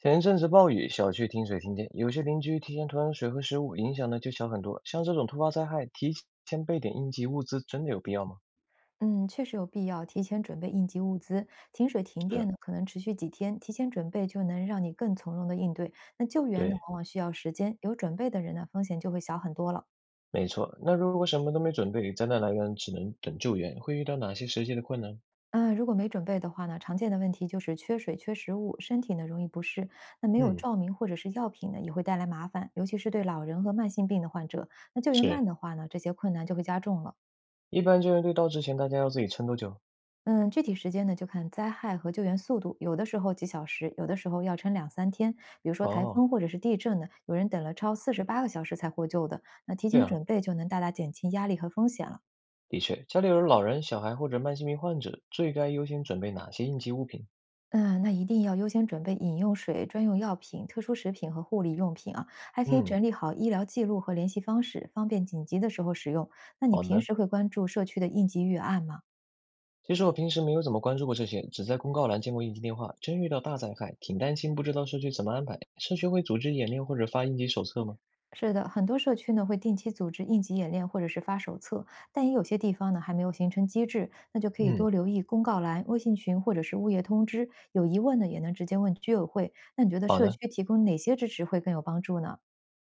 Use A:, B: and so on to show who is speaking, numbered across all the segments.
A: 前一阵子暴雨，小区停水停电，有些邻居提前囤上水和食物，影响呢就小很多。像这种突发灾害，提前备点应急物资真的有必要吗？
B: 嗯，确实有必要提前准备应急物资。停水停电
A: 是，
B: 呢，可能持续几天，提前准备就能让你更从容的应对。那救援呢，
A: 对，
B: 往往需要时间，有准备的人呢，风险就会小很多了。
A: 没错。那如果什么都没准备，灾难来源只能等救援，会遇到哪些实际的困难？
B: 嗯，如果没准备的话呢，常见的问题就是缺水、缺食物，身体呢容易不适。那没有
A: 嗯，
B: 照明或者是药品呢，也会带来麻烦，尤其是对老人和慢性病的患者。那救援慢
A: 是。
B: 的话呢，这些困难就会加重了。
A: 一般救援队到之前，大家要自己撑多久？
B: 嗯，具体时间呢，就看灾害和救援速度，有的时候几小时，有的时候要撑两三天。比如说台
A: 哦，
B: 风或者是地震呢，有人等了超48个小时才获救的，那提
A: 这
B: 前
A: 样，
B: 准备就能大大减轻压力和风险了。
A: 的确，家里有老人、小孩或者慢性病患者，最该优先准备哪些应急物品？
B: 嗯，那一定要优先准备饮用水、专用药品、特殊食品和护理用品啊，还可以
A: 嗯，
B: 整理好医疗记录和联系方式，方便紧急的时候使用。那你
A: 好
B: 平
A: 的。
B: 时会关注社区的应急预案吗？
A: 其实我平时没有怎么关注过这些，只在公告栏见过应急电话。真遇到大灾害，挺担心，不知道社区怎么安排。社区会组织演练或者发应急手册吗？
B: 是的，很多社区呢会定期组织应急演练或者是发手册，但也有些地方呢还没有形成机制，那就可以
A: 嗯，
B: 多留意公告栏、微信群或者是物业通知，有疑问呢也能直接问居委会。那你觉得
A: 好
B: 社
A: 的。
B: 区提供哪些支持会更有帮助呢？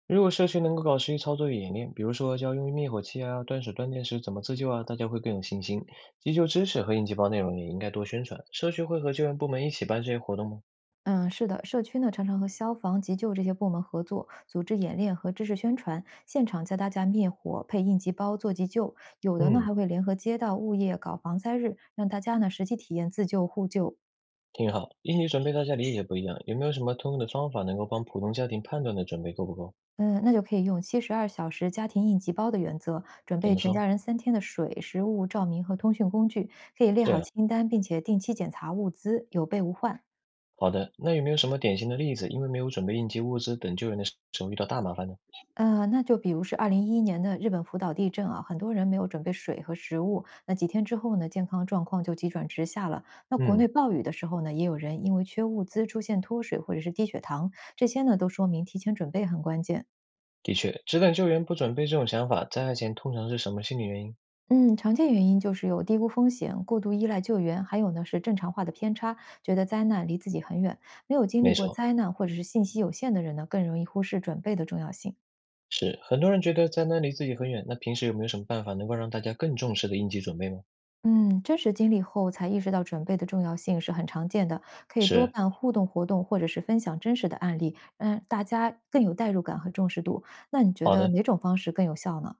A: 如果社区能够搞实际操作与演练，比如说教用灭火器啊、断水断电时怎么自救啊，大家会更有信心。急救知识和应急包内容也应该多宣传。社区会和救援部门一起办这些活动吗？
B: 嗯，是的，社区呢常常和消防、急救这些部门合作，组织演练和知识宣传，现场教大家灭火、配应急包、做急救，有的呢
A: 嗯，
B: 还会联合街道、物业搞防灾日，让大家呢实际体验自救互救。
A: 挺好。应急准备大家理解不一样，有没有什么通用的方法能够帮普通家庭判断的准备够不够？
B: 嗯，那就可以用72小时家庭应急包的原则，准
A: 怎
B: 备
A: 么
B: 全
A: 说？
B: 家人三天的水、食物、照明和通讯工具，可以列
A: 这
B: 好
A: 样。
B: 清单，并且定期检查物资，有备无患。
A: 好的，那有没有什么典型的例子？因为没有准备应急物资，等救援的时候遇到大麻烦呢？
B: 那就比如是2011年的日本福岛地震啊，很多人没有准备水和食物，那几天之后呢，健康状况就急转直下了。那国内
A: 嗯，
B: 暴雨的时候呢，也有人因为缺物资出现脱水或者是低血糖，这些呢都说明提前准备很关键。
A: 的确，只等救援不准备这种想法，灾害前通常是什么心理原因？
B: 嗯，常见原因就是有低估风险、过度依赖救援，还有呢是正常化的偏差，觉得灾难离自己很远。没有经历
A: 没
B: 过
A: 错，
B: 灾难或者是信息有限的人呢，更容易忽视准备的重要性。
A: 是很多人觉得灾难离自己很远。那平时有没有什么办法能够让大家更重视的应急准备吗？
B: 嗯，真实经历后才意识到准备的重要性是很常见的，可以多
A: 是，
B: 办互动活动或者是分享真实的案例，让大家更有代入感和重视度。那你觉
A: 好
B: 得
A: 的，
B: 哪种方式更有效呢？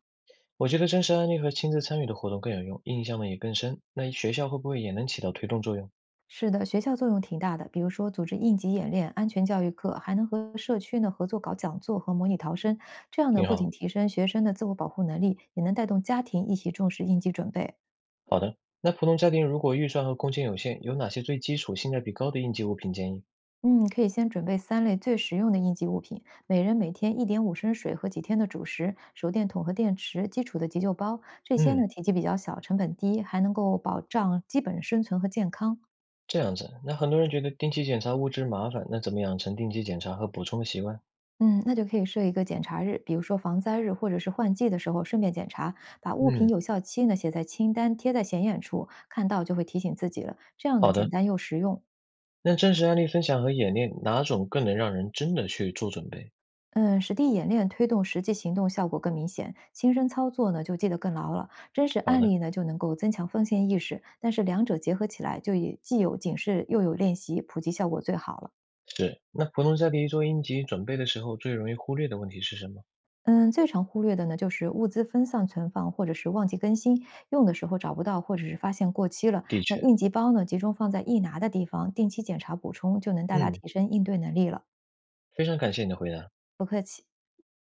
A: 我觉得真实案例和亲自参与的活动更有用，印象呢也更深。那学校会不会也能起到推动作用？
B: 是的，学校作用挺大的，比如说组织应急演练、安全教育课，还能和社区呢合作搞讲座和模拟逃生。这样呢，
A: 挺
B: 不仅
A: 好。
B: 提升学生的自我保护能力，也能带动家庭一起重视应急准备。
A: 好的，那普通家庭如果预算和空间有限，有哪些最基础、性价比高的应急物品建议？
B: 嗯，可以先准备3类最实用的应急物品，每人每天1.5升水和几天的主食、手电筒和电池、基础的急救包。这些呢
A: 嗯。
B: 体积比较小，成本低，还能够保障基本生存和健康。
A: 这样子，那很多人觉得定期检查物资麻烦，那怎么养成定期检查和补充的习惯？
B: 嗯，那就可以设一个检查日，比如说防灾日或者是换季的时候顺便检查，把物品
A: 嗯，
B: 有效期呢写在清单，贴在显眼处，看到就会提醒自己了。这样呢
A: 好
B: 简
A: 的，
B: 单又实用。
A: 那真实案例分享和演练哪种更能让人真的去做准备？
B: 嗯，实地演练推动实际行动效果更明显，亲身操作呢就记得更牢了。真实
A: 好
B: 案
A: 的，
B: 例呢就能够增强风险意识，但是两者结合起来就也既有警示又有练习，普及效果最好了。
A: 是。那普通家庭做应急准备的时候，最容易忽略的问题是什么？
B: 嗯，最常忽略的呢，就是物资分散存放，或者是忘记更新，用的时候找不到，或者是发现过期了。
A: 的
B: 那
A: 确，
B: 应急包呢，集中放在易拿的地方，定期检查补充，就能大大
A: 嗯，
B: 提升应对能力了。
A: 非常感谢你的回答。
B: 不客气。